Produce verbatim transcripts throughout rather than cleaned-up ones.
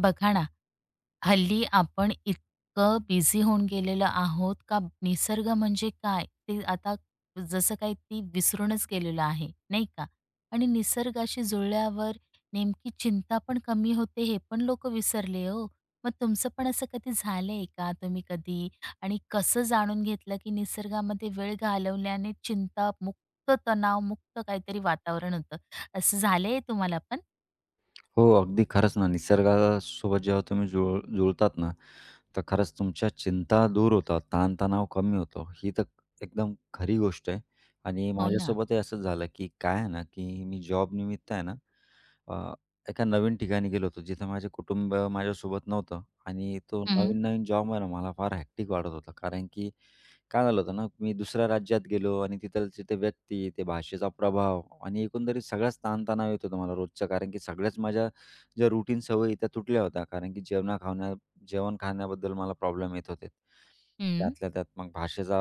बघा ना, हल्ली आपण इतकं बिझी होऊन गेलेलो आहोत का निसर्ग म्हणजे काय ते आता जसं काही ती विसरूनच गेलेलो आहे, नाही का? आणि निसर्गाशी जुळल्यावर नेमकी चिंता पण कमी होते हे पण लोकं विसरले हो. मग तुमचं पण असं कधी झालंय का? तुम्ही कधी आणि कसं जाणून घेतलं की निसर्गामध्ये वेळ घालवल्याने चिंता मुक्त, तणावमुक्त काहीतरी वातावरण होतं, असं झालंय तुम्हाला पण? हो, अगदी खरंच ना. निसर्गासोबत जेव्हा तुम्ही जुळ जुळतात ना, तर खरंच तुमच्या चिंता दूर होतात, ताणतणाव कमी होतो. ही तर एकदम खरी गोष्ट आहे आणि हो ना. माझ्यासोबतही असंच झालं, की काय आहे ना, की मी जॉबनिमित्त आहे ना, अ, एका नवीन ठिकाणी गेलो होतो, जिथं माझे कुटुंब माझ्यासोबत नव्हतं आणि तो हं, नवीन-नवीन जॉब आहे ना, मला फार हॅक्टिक वाटत होता. कारण की काय झालं होतं ना, मी दुसऱ्या राज्यात गेलो आणि तिथलची ते व्यक्ती, ते भाषेचा प्रभाव आणि एकंदरीत सगळाच ताणतणाव येत होता मला रोजचा. कारण की सगळ्याच माझ्या ज्या रूटीन सवयी त्या तुटल्या होत्या. कारण की जेवणा-खावण्या जेवण खाण्याबद्दल मला प्रॉब्लेम येत होते. हं. त्यातल्या त्यात मग भाषेचा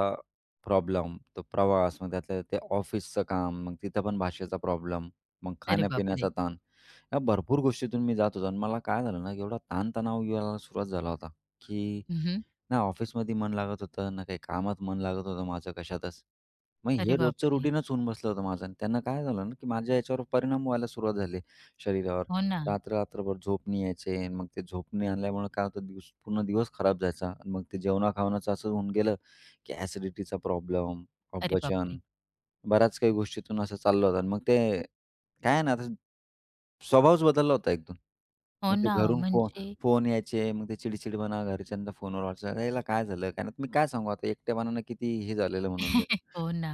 प्रॉब्लेम, तो प्रवास, मग त्यातल्या त्यात ते ऑफिसचं काम, मग तिथं पण भाषेचा प्रॉब्लेम, मग अरे बापरे! खाण्यापिण्याचा ताण. या भरपूर गोष्टीतून मी जात होतो आणि मला काय झालं ना, एवढा ताणतणाव यायला सुरुवात झाला होता, की हं, ना ऑफिसमध्ये मन लागत होतं, ना काही कामात मन लागत होतं माझं कशातच. मग हे अरे रोजचं बापरे! रुटीनच होऊन बसलं होतं माझं आणि त्यांना काय झालं ना, की माझ्या याच्यावर परिणाम व्हायला सुरुवात झाली शरीरावर. हो ना. रात्र-रात्रभर झोप नाही यायची आणि मग ते झोप नाही आणल्यामुळे काय होतं दिवस पूर्ण दिवस खराब जायचा आणि मग ते जेवणा-खावणाचं असं होऊन गेलं, की ॲसिडिटीचा प्रॉब्लेम, अरे अपचन, बापरे! बऱ्याच काही गोष्टीतून असं चाललं होतं आणि मग ते काय आहे ना, आता स्वभावच बदलला होता एकदम. हो मग ते ना, घरून फो म्हणजे फोन यायचे, मग ते चिडचिडपणा घरच्यांचा फोनवर व्हायचा. "याला काय झालं? काय नाही?" मी काय सांगू आता एकटेपणानं किती हे झालेलं म्हणून मी. हो ना.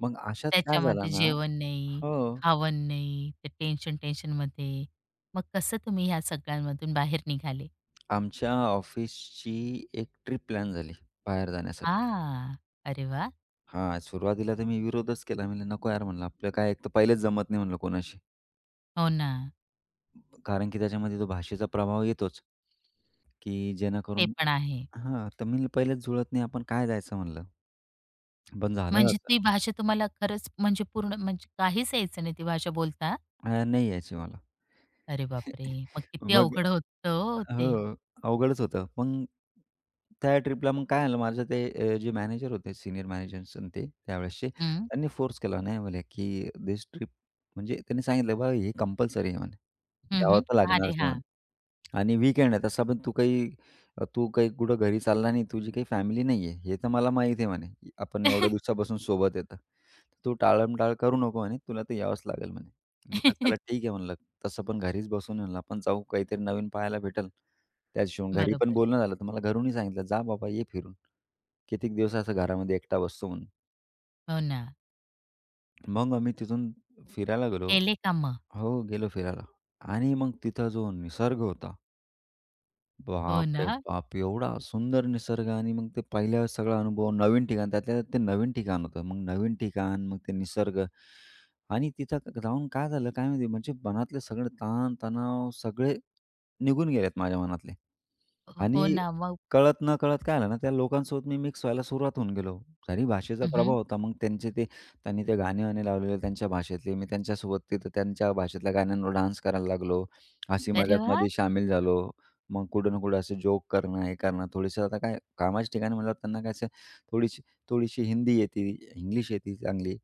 मग अशात काय त्याच्यामध्ये झालं ना जेवण नाही, हो. खावण नाही, ते टेन्शन टेन्शनमध्ये. मग कसं तुम्ही ह्या सगळ्यांमधून बाहेर निघाले? आमच्या ऑफिसची एक ट्रिप प्लॅन झाली बाहेर जाण्यासाठी. हां. अरे वाह! हां, सुरुवातीला तर मी विरोधच केला. मी "नको यार," म्हणलं, "आपलं काय एक तर पहिलेच जमत नाही," म्हणलं, "कोणाशी." हो ना, कारण की त्याच्यामध्ये तो भाषेचा प्रभाव येतोच, की ते जेणेकरून पण आहे. हां, तर मी म्हणलं, "पहिलेच जुळत नाही, आपण काय जायचं?" म्हणलं. पण झालं म्हणजे ती भाषा तुम्हाला खरंच म्हणजे पूर्ण म्हणजे काहीच यायचं नाही ती भाषा बोलता? अ, नाही यायची मला. अरे बापरे! मग किती मग अवघड होतं हो ते. हो, अवघडच होतं. मग त्या ट्रिपला मग काय झालं माझं ते अ, जे मॅनेजर होते, सीनियर मॅनेजर्स आणि ते त्यावेळेसचे, हं. त्यांनी फोर्स केला नाही म्हणे, की "धिस ट्रिप" म्हणजे त्यांनी सांगितलं, "बाबा हे कंपल्सरी आहे" म्हणे. "यावं हं, तर अरे लागणारच आहे" म्हणे. हां. "आणि वीकेंड आहे तसा पण तू काही अ, तू काही कुठं घरी चालला नाही, तुझी काही फॅमिली नाही आहे, हे तर मला माहीत आहे" म्हणे. "आपण एवढ्या दिवसापासून सोबत आहे तू टाळमटाळ करू नको" म्हणे, "तुला तर यावंच लागेल" म्हणे. म्हणलं, "चला ठीक आहे" म्हणलं. तसं पण घरीच बसून आहे ना, आपण जाऊ काहीतरी नवीन पाहायला भेटेल. त्याच्याशिवाय घरी पण बरोबर. बोलणं झालं, तर मला घरूनही सांगितलं, "जा बाबा, ये फिरून. कितीक दिवस असं घरामध्ये एकटा बसतो" म्हणून. हो ना. मग आम्ही तिथून फिरायला गेलो. केले का हो, गेलो फिरायला आणि मग तिथं जो निसर्ग होता हो बापरे ना. बाप! एवढा सुंदर निसर्ग आणि मग ते पहिल्या सगळा अनुभव, नवीन ठिकाण, त्यातल्या त्यात ते नवीन ठिकाण होतं. मग नवीन ठिकाण, मग ते निसर्ग आणि तिथं क जाऊन काय झालं काय माहिती म्हणजे मनातले सगळे ताण-तणाव सगळे निघून गेलेत माझ्या मनातले. हो आणि ना. मग कळत नकळत काय झालं ना, त्या लोकांसोबत मी मिक्स व्हायला सुरुवात होऊन गेलो. जरी भाषेचा हं, प्रभाव होता, मग त्यांचे ते त्यांनी ते गाणे-वाणे लावलेले त्यांच्या भाषेतले. मी त्यांच्यासोबत तिथं त्यांच्या भाषेतल्या गाण्यांवर डान्स करायला लागलो. हसी अरे वा मजाकमध्ये शामील झालो. मग कुठं ना कुठं असे जोक करणं, हे करणं, थोडीसं आता काय कामाच्या ठिकाणी म्हणल्यावर त्यांना काय असं थोडीशी थोडीशी हिंदी येते, इंग्लिश येते चांगली.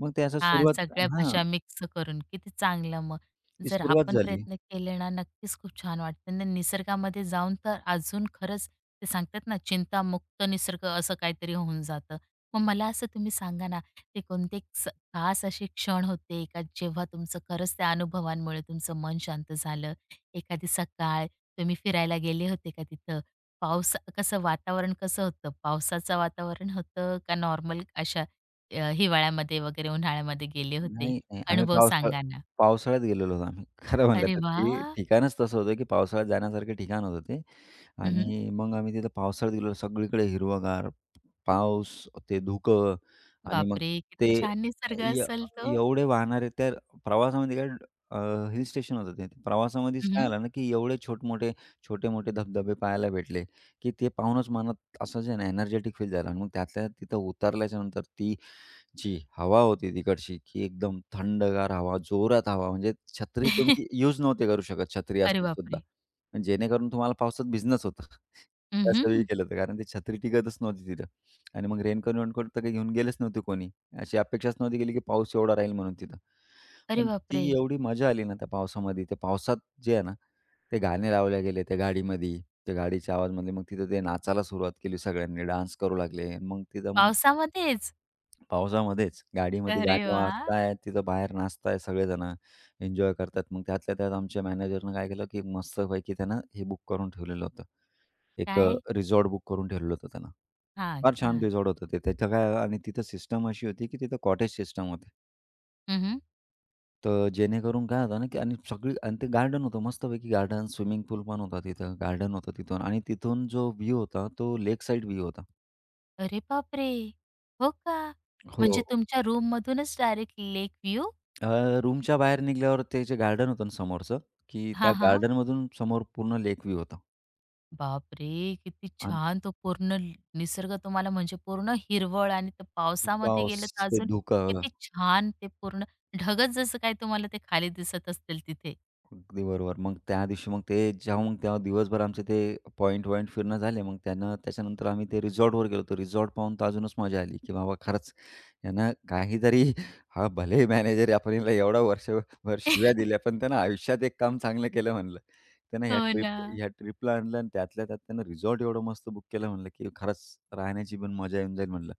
मग ते असं हा, सुरुवात सगळ्या हां, भाषा मिक्स करून. किती चांगलं मग. ती जर सुरुवात आपण झाली. प्रयत्न केले ना, नक्कीच खूप छान वाटतं. आणि निसर्गामध्ये जाऊन तर अजून खरंच ते सांगतात ना, चिंतामुक्त निसर्ग असं काहीतरी होऊन जातं. मग मला असं तुम्ही सांगा ना, ते कोणते एक स खास असे क्षण होते का, जेव्हा तुमचं खरंच त्या अनुभवांमुळे तुमचं मन शांत झालं? एखादी सकाळ तुम्ही फिरायला गेले होते का तिथं? पाऊस कसं वातावरण कसं होतं? पावसाचं वातावरण होतं का नॉर्मल अशा अ, हिवाळ्यामध्ये वगैरे उन्हाळ्यामध्ये गेले होते. नाही, नाही आम्ही अनुभव पावसाळ सांगा ना? पावसाळ्यात गेलेलो होतो आम्ही. खरं म्हणलं अरे तर वा, ते ठिकाणच तसं होतं, की पावसाळ्यात जाण्यासारखं ठिकाण होतं ते. हं, आणि मग आम्ही तिथं पावसाळ्यात गेलो. सगळीकडे हिरवंगार, पाऊस, ते धुकं आणि मग बापरे! किती ते छान निसर्ग य असेल तो. एवढे वाहणारे त्या प्रवासामध्ये काय हिल स्टेशन होतं ते. प्रवासामध्येच काय हं, आलं ना, की एवढे छोट-मोठे, छोटे-मोठे धबधबे पाहायला भेटले, की ते पाहूनच मनात असं जे ना एनर्जेटिक फील झालं आणि मग त्यातल्या तिथं उतरल्याच्या नंतर ती जी हवा होती तिकडची, की एकदम थंडगार हवा, जोरात हवा म्हणजे छत्री तुम्ही यूज नव्हते करू शकत छत्री अरे असून सुद्धा. बापरे! पण जेणेकरून तुम्हाला पावसात भिजणंच होतं. हं, कसंही हं. केलं तर कारण ती छत्री टिकतच नव्हती तिथं. आणि मग रेनकोट वेनकोट तर काही घेऊन गेलेच नव्हते कोणी. अशी अपेक्षाच नव्हती केली, की पाऊस एवढा राहील म्हणून तिथं. अरे पण बापरे! ती एवढी मजा आली ना त्या पावसामध्ये. त्या पावसात जे आहे ना, ते गाणे लावले गेले त्या गाडीमध्ये. त्या गाडीच्या आवाजमध्ये मग तिथं ते नाचायला सुरुवात केली सगळ्यांनी, डान्स करू लागले. मग तिथं मग पावसामध्येच? पावसामध्येच गाडीमध्ये अरे गाणी वाह! वाजताय, तिथं बाहेर नाचताय सगळेजण, एन्जॉय करतात. मग त्यातल्या त्यात आमच्या मॅनेजरनं काय केलं, की मस्तपैकी त्यानं हे बुक करून ठेवलेलं होतं. एक अ, काय? रिसॉर्ट बुक करून ठेवलेलं होतं त्यानं. हां फार का? छान रिसॉर्ट होतं ते. तिथं काय आणि तिथं सिस्टम अशी होती, की तिथं कॉटेज सिस्टम होती. हं, तर जेणेकरून काय होतं ना, की आणि सगळी आणि ते गार्डन होतं मस्तपैकी गार्डन, स्विमिंग पूल पण होता तिथं, गार्डन होतं तिथून आणि तिथून जो व्ह्यू होता, तो लेक साइड व्ह्यू होता. अरे बापरे! हो का? म्हणजे हो. तुमच्या रूम रूममधूनच डायरेक्ट लेक व्ह्यू? अ, रूमच्या बाहेर निघाल्यावर ते जे गार्डन होतं ना समोरचं, की त्या हां, हां. गार्डनमधून समोर पूर्ण लेक व्ह्यू होता बापरे! किती आणि छान तो पूर्ण ल- निसर्ग तुम्हाला म्हणजे पूर्ण हिरवळ आणि त्या खूप पावसामध्ये गेलं पाऊस, तर ते अजून धुकं. किती छान ते पूर्ण ढगच जसं काय तुम्हाला ते खाली दिसत असतील तिथे. अगदी बरोबर. मग त्या दिवशी मग ते जेव्हा मग तेव्हा दिवसभर आमचे ते पॉइंट वॉइंट फिरणं झाले. मग त्यानं त्याच्यानंतर आम्ही ते रिसॉर्टवर गेलो. तर रिसॉर्ट पाहून तर अजूनच मजा आली, की बाबा खरंच यानं काहीतरी हा भले मॅनेजर आपण एवढा वर्षभर शिव्या दिल्या, पण त्यानं आयुष्यात एक काम चांगलं केलं म्हणलं. त्यानं ह्या हो ट्रिप ना. ह्या ट्रिपला आणलं आणि त्यातल्या त्यात त्यानं रिसॉर्ट एवढं मस्त बुक केलं म्हणलं, की खरंच राहण्याची पण मजा येऊन जाईल म्हणलं.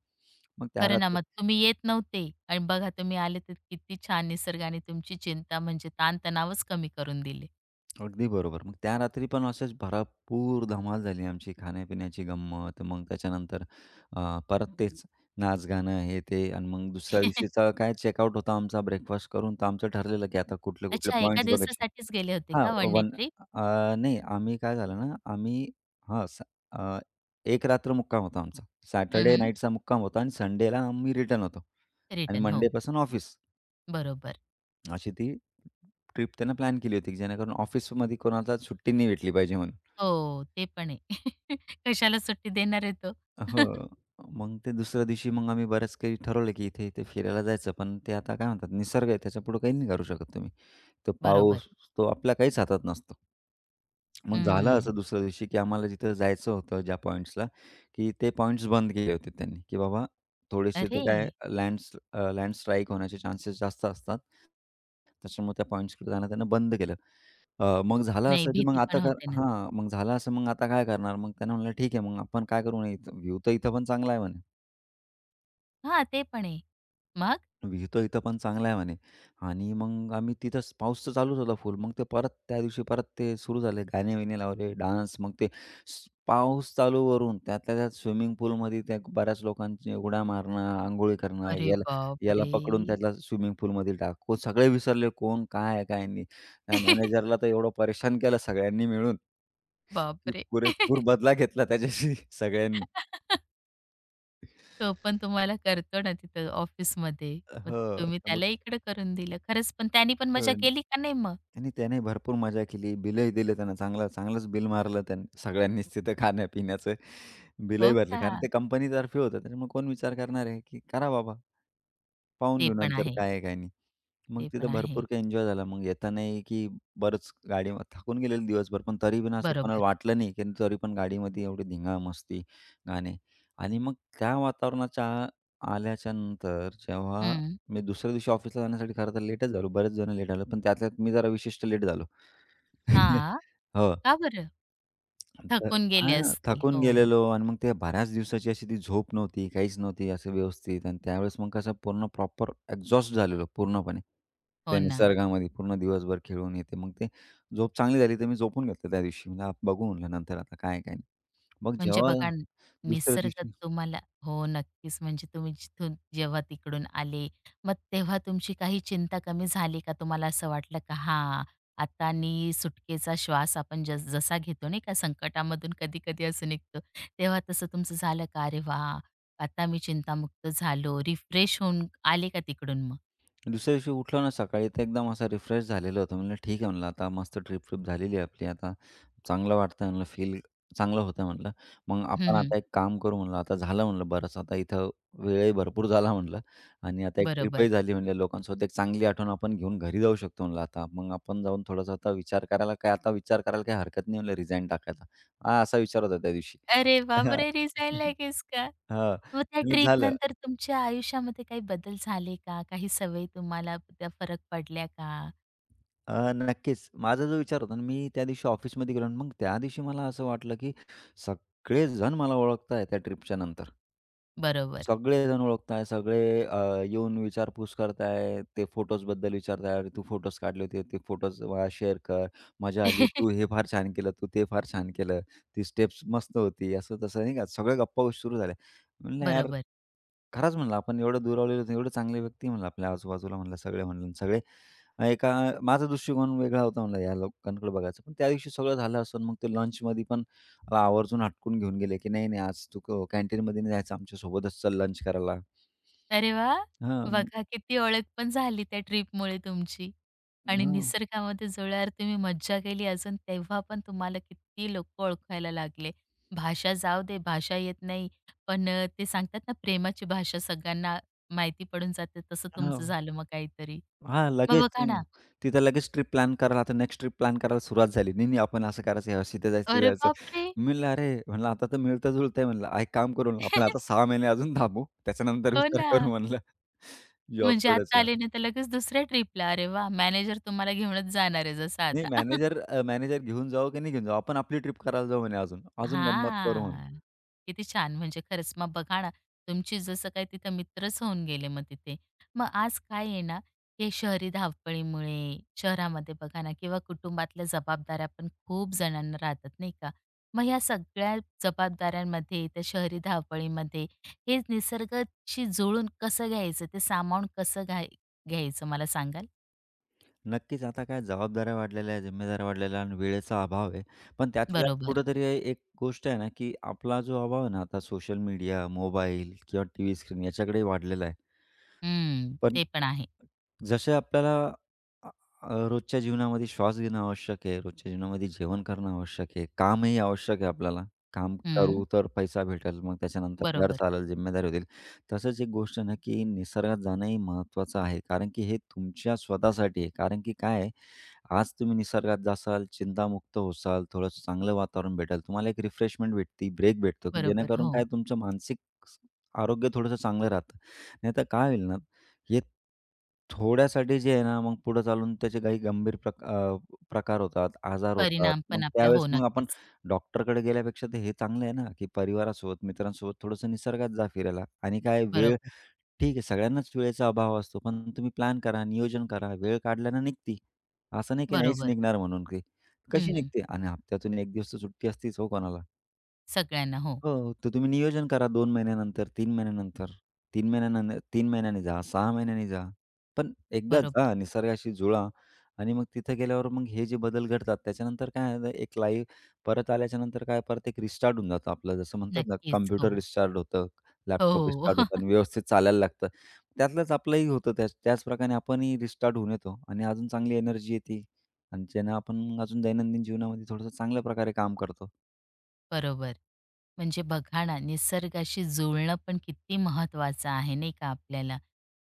मग त्या खरं ना, रात्री मग तुम्ही येत नव्हते आणि बघा तुम्ही आले तर किती छान निसर्गाने तुमची चिंता म्हणजे ताणतणावच कमी करून दिले. अगदी बरोबर. मग त्या रात्री पण असंच भरपूर धमाल झाली आमची, खाण्यापिण्याची गंमत. मग त्याच्यानंतर अ, परत तेच नाच-गाणं हे ते आणि मग दुसऱ्या दिवशीचा काय चेकआउट होता आमचा ब्रेकफास्ट करून. तर आमचं ठरलेलं की आता कुठले-कुठले अच्छा, एका पॉइंट्स बघायचे. दिवसासाठीच गेले होते हां, का वन डे वन ट्रिप? अ, नाही आम्ही काय झालं ना, आम्ही हां, स अ, एक रात्र मुक्काम होता आमचा. सॅटर्डे हं, नाईटचा मुक्काम होता आणि संडेला आम्ही रिटर्न होतो आणि रिटर्न हो, मंडेपासून ऑफिस. बरोबर. अशी ती ट्रिप त्यानं प्लॅन केली होती, की जेणेकरून ऑफिसमध्ये कोणाला सुट्टी नाही भेटली पाहिजे म्हणून. हो, ते पण आहे. कशाला सुट्टी देणार आहे तो. हो. मग ते दुसऱ्या दिवशी मग आम्ही बऱ्याच काही ठरवलं, की इथे-इथे फिरायला जायचं. पण ते आता काय म्हणतात निसर्ग आहे त्याच्यापुढे काही नाही करू शकत तुम्ही. तो बरोबर. पाऊस तो आपल्या काहीच हातात नसतो. मग झालं हं. असं दुसऱ्या दिवशी, की आम्हाला जिथं जायचं होतं ज्या पॉइंट्सला, की ते पॉइंट्स बंद केले होते त्यांनी, की बाबा थोडेसे ते अरे! काय लँड्स लँड स्ट्राईक होण्याचे चान्सेस जास्त असतात. त्याच्यामुळे त्या पॉइंट्सकडे जाणं त्यानं बंद केलं. अ, मग झालं नाही असं, की मग भीती पण आता कर होते ना. हां, मग झालं असं, मग आता काय करणार? मग त्यानं म्हणलं, "ठीक आहे, मग आपण काय करू?" म्हणे, "व्ह्यू तर इथं पण चांगला आहे" म्हणे. हां, ते पण आहे. मग? विहितो इथं पण चांगला आहे म्हणे आणि मग आम्ही तिथंच पाऊस तर चालूच होता फुल. मग ते परत त्या दिवशी परत ते सुरू झाले गाणे-बिणे लावले, डान्स. मग ते स पाऊस चालू वरून त्यातल्या त्यात स्विमिंग पूलमध्ये त्या बऱ्याच लोकांची उड्या मारणं, अंघोळी करणं, अरे याला याला बापरे! पकडून त्याला स्विमिंग पूलमध्ये टाकू. सगळे विसरले कोण काय आहे काय नाही. त्या मॅनेजरला तर एवढं परेशान केलं सगळ्यांनी मिळून, की बापरे! पुरेपूर बदला घेतला त्याच्याशी सगळ्यांनी. तो पण तुम्हाला करतो ना तिथं ऑफिसमध्ये. मग हो, तुम्ही तर मग त्याला इकडं करून दिलं. खरंच पण त्याने पण मजा सगळ्यांनी केली का नाही मग? आणि त्याने भरपूर मजा केली. बिलही दिलं त्यानं चांगलं, चांगलंच बिल मारलं त्याने सगळ्यांनीच तिथं खाण्यापिण्याचं बिलही हो भरलं. का? कारण ते कंपनीतर्फे होतं. त्याच्यामुळे कोण विचार करणार आहे, की करा बाबा. पाहून ते घेऊ पण नंतर आहे, काय आहे काय नाही. मग ते पण तिथं आहे. भरपूर काही एन्जॉय झाला. मग येतानाही की बरंच गाडी थकून गेलेलो दिवसभर, पण तरी पण असं कोणाला बरोबर. वाटलं नाही, की तरी पण गाडीमध्ये एवढी धिंगा, मस्ती, गाणे आणि मग त्या वातावरणाच्या आल्याच्या नंतर जेव्हा हं. मी दुसऱ्या दिवशी ऑफिसला जाण्यासाठी खरं तर लेटच झालो. बरेच जण लेट आले, पण त्यातल्यात मी जरा विशिष्ट लेट झालो. हां. हो. का बरं? तर थकून गेले हां, असतील. थकून हो, गेलेलो आणि मग ते बऱ्याच दिवसाची अशी ती झोप नव्हती, काहीच नव्हती असं व्यवस्थित आणि त्यावेळेस मग कसं पूर्ण प्रॉपर एक्झॉस्ट झालेलो पूर्णपणे. हो त्या ना. निसर्गामध्ये पूर्ण दिवसभर खेळून येते. मग ते झोप चांगली झाली तर मी झोपून घेतलं त्या दिवशी. म्हणलं बघू म्हणलं नंतर आता काय, काय नाही. मग म्हणजे जेव्हा बघा न, दुसऱ्या निसर्ग दिवशी तुम्हाला हो, नक्कीच. म्हणजे तुम्ही जिथून जेव्हा तिकडून आले, मग तेव्हा तुमची काही चिंता कमी झाली का? तुम्हाला असं वाटलं का हां, आता नी सुटकेचा श्वास आपण जस जसा घेतो नाही का, संकटामधून कधी-कधी असं निघतो, तेव्हा तसं तुमचं झालं का? "अरे वाह! आता मी चिंतामुक्त झालो." रिफ्रेश होऊन आले का तिकडून मग? दुसऱ्या दिवशी उठलो ना सकाळी तर एकदम असा रिफ्रेश झालेलं होतं. म्हणलं ठीक आहे म्हणलं आता मस्त ट्रिप ट्रिप झालेली आहे आपली आता चांगलं वाटतंय म्हणलं फील चांगलं होतं म्हणलं. मग हं, आपण हं. आता एक काम करू म्हणलं आता झालं म्हणलं बरंच आता इथं वेळही भरपूर झाला म्हणलं आणि आता एक बरोबर. ट्रिपही झाली म्हणलं लोकांसोबत एक चांगली आठवण आपण घेऊन घरी जाऊ शकतो म्हणलं आता. मग आपण जाऊन थोडासा आता विचार करायला काय आता विचार करायला काही हरकत नाही म्हणलं रिझाइन टाकायचा. हा असा विचार होता त्या दिवशी. अरे हां. बापरे! रिझाइन लगेच का? हां. मग त्या म्हणलं झालं. ट्रिपनंतर तुमच्या आयुष्यामध्ये काही बदल झाले का? काही सवयी तुम्हाला त्या फरक पडल्या का? अ, नक्कीच. माझा जो विचार होता ना, मी त्या दिवशी ऑफिसमध्ये गेलो आणि मग त्या दिवशी मला असं वाटलं, की सगळेजण मला ओळखताय त्या ट्रिपच्या नंतर. बरोबर. सगळेजण ओळखताय, सगळे अ, येऊन विचारपूस करताय, ते फोटोजबद्दल विचारताय, "अरे, तू फोटोज काढले होते, ते फोटोज शेअर कर. मजा आली. तू हे फार छान केलं, तू ते फार छान केलं. ती स्टेप्स मस्त होती." असं तसं नाही का, सगळ्या गप्पा गोष्टी सुरू झाल्या. म्हणलं, "यार" बरोबर. खरंच म्हणलं आपण एवढं दुरावलेलो होतो, एवढे चांगले व्यक्ती म्हणलं आपल्या आजूबाजूला म्हणलं सगळे म्हणलं सगळे अं, एका माझा दृष्टिकोन वेगळा होता म्हणलं या लोकांकडे बघायचं. पण त्या दिवशी सगळं झालं असून मग ते लंचमध्ये पण मला आवर्जून हटकून घेऊन गेले, की "नाही, नाही आज तू क कॅन्टीनमध्ये नाही जायचं, आमच्यासोबतच चल लंच करायला." अरे वा, बघा किती ओळख पण झाली त्या ट्रिपमुळे तुमची आणि हां, निसर्गामध्ये जुळल्यावर तुम्ही मज्जा केली अजून तेव्हा पण तुम्हाला किती लोकं ओळखायला लागले. भाषा जाऊ दे, भाषा येत नाही, पण अ, ते सांगतात ना प्रेमाची भाषा सगळ्यांना माहिती पडून जाते, तसं तुमचं हां. झालं मग काहीतरी. हां, मग लगेच बघा हं. ना तिथं लगेच ट्रिप प्लॅन करायला आता नेक्स्ट ट्रिप प्लॅन करायला सुरुवात झाली. नाही, नाही आपण असं करायचं, यावर्षी तिथे जायचं, तिथे अरे जायचं. बापरे! मी म्हणलं, "अरे," म्हणलं, "आता तर मिळतं-जुळतंय," म्हणलं, "आ, "एक काम करू ना, आपण आता सहा महिने अजून थांबू, त्याच्यानंतर हो विचार ना. करू," म्हणलं, "जॉब म्हणजे आता सोडायचा." आले ना, तर लगेच दुसऱ्या ट्रिपला. अरे वाह! मॅनेजर तुम्हाला घेऊनच जाणार आहे जसं नाही आता. मॅनेजर मॅनेजर घेऊन जावं की नाही घेऊन जावं? आपण आपली ट्रिप करायला जाऊ म्हणे अजून. अजून गंमत करू म्हणे. हा, किती छान! म्हणजे खरंच मग बघा ना, तुमची जसं काही तिथं मित्रच होऊन गेले मग तिथे. मग आज काय आहे ना, हे शहरी धावपळीमुळे शहरामध्ये बघा ना किंवा कुटुंबातल्या जबाबदाऱ्या पण खूप जणांना राहतात नाही का? मग ह्या सगळ्या जबाबदाऱ्यांमध्ये, त्या शहरी धावपळीमध्ये हे निसर्गाशी जुळून कसं घ्यायचं? ते सामावून कसं घाय घ्यायचं मला सांगाल? नक्कीच. आता काय जबाबदाऱ्या वाढलेल्या आहेत, जिम्मेदाऱ्या वाढलेल्या आहे आणि वेळेचा अभाव आहे. पण त्यातल्या त्यात बरोबर. कुठेतरी एक गोष्ट आहे ना, की आपला जो अभाव आहे ना, आता सोशल मीडिया, मोबाईल किंवा टीव्ही स्क्रीन याच्याकडे वाढलेला आहे. हं. पण ते पण आहे. जसे आपल्याला अ, अ, रोजच्या जीवनामध्ये श्वास घेणं आवश्यक आहे, रोजच्या जीवनामध्ये जेवण करणं आवश्यक आहे, कामही आवश्यक आहे आपल्याला. काम करू हं. तर पैसा भेटेल, मग त्याच्यानंतर घर बरोबर. चालेल, जिम्मेदारी होतील. तसंच एक गोष्ट आहे ना, की निसर्गात जाणंही महत्त्वाचं आहे कारण की हे तुमच्या स्वतःसाठी आहे. कारण की काय आहे आज तुम्ही निसर्गात जासाल, चिंतामुक्त होसाल, थोडंसं चांगलं वातावरण भेटेल, तुम्हाला एक रिफ्रेशमेंट भेटते, ब्रेक भेटतो, की बरोबर. जेणेकरून काय हो. तुमचं मानसिक स आरोग्य थोडंसं चांगलं राहतं. नाहीतर काय होईल ना, हे थोड्यासाठी जे आहे ना, मग पुढे चालून त्याचे काही गंभीर प्रक अ, प्रकार होतात, आजार होतात. परिणाम मग पण आपल्या त्यावेळेस हो, मग आपण नक्कीच. डॉक्टरकडे गेल्यापेक्षा तर हे चांगलं आहे ना, की परिवारासोबत, मित्रांसोबत थोडंसं निसर्गात जा फिरायला आणि काय वेळ बरोबर, ठीक आहे, सगळ्यांनाच वेळेचा अभाव असतो. पण तुम्ही प्लॅन करा, नियोजन करा, वेळ काढल्यानं निघती. असं नाही की नाहीच बरोबर. निघणार म्हणून की. हं, कशी हं. निघते? आणि हप्त्यातून एक दिवस तर सुट्टी असतेच हो कोणाला. सगळ्यांना. हो, हो. तर तुम्ही नियोजन करा दोन महिन्यानंतर, तीन महिन्यानंतर, तीन महिन्यानं तीन महिन्यांनी जा, सहा महिन्यांनी जा. पण एकदा बरोबर. जा, निसर्गाशी जुळा आणि मग तिथं गेल्यावर मग हे जे बदल घडतात, त्याच्यानंतर काय आहे ना, एक लाईव्ह परत आल्याच्यानंतर काय परत एक रिस्टार्ट होऊन जातं आपलं. जसं म्हणतात ना, नक्कीच. कॉम्प्युटर हो. रिस्टार्ट होतं, लॅपटॉप हो, रिस्टार्ट हो. होतं आणि व्यवस्थित चालायला लागतं. त्यातलंच आपलंही होतं त्याच त्याचप्रकारे आपणही रिस्टार्ट होऊन येतो आणि अजून चांगली एनर्जी येते आणि ज्यानं आपण मग अजून दैनंदिन जीवनामध्ये थोडंसं चांगल्या प्रकारे काम करतो. बरोबर. म्हणजे बघा ना, निसर्गाशी जुळणं पण किती महत्त्वाचं आहे नाही का आपल्याला.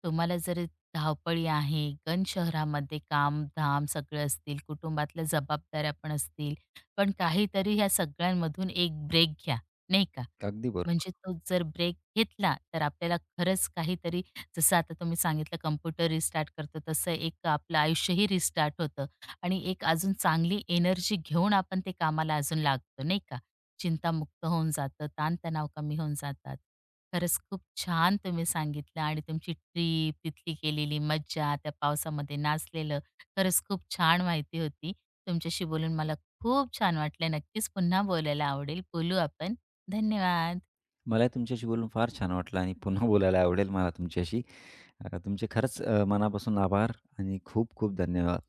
तुम्हाला जर धावपळी आहे, गन शहरामध्ये कामधाम सगळे असतील, कुटुंबातल्या जबाबदाऱ्या पण असतील, पण काहीतरी ह्या सगळ्यांमधून एक ब्रेक घ्या, नाही का? अगदी बरोबर. म्हणजे तो जर ब्रेक घेतला, तर आपल्याला खरंच काहीतरी जसं आता तुम्ही सांगितलं कॉम्प्युटर रिस्टार्ट करतो, तसं एक आपलं आयुष्यही रिस्टार्ट होतं आणि एक अजून चांगली एनर्जी घेऊन आपण ते कामाला अजून लागतो, नाही का? चिंतामुक्त होऊन जातं, ताणतणाव कमी होऊन जातात. खरंच खूप छान तुम्ही सांगितलं आणि तुमची ट्रिप, तिथली केलेली मज्जा, त्या पावसामध्ये नाचलेलं. खरंच खूप छान माहिती होती. तुमच्याशी बोलून मला खूप छान वाटलं. नक्कीच पुन्हा बोलायला आवडेल. बोलू आपण. धन्यवाद. मलाही तुमच्याशी बोलून फार छान वाटलं आणि पुन्हा बोलायला आवडेल मला तुमच्याशी. अ, तुमचे खरंच अ, मनापासून आभार आणि खूप खूप धन्यवाद.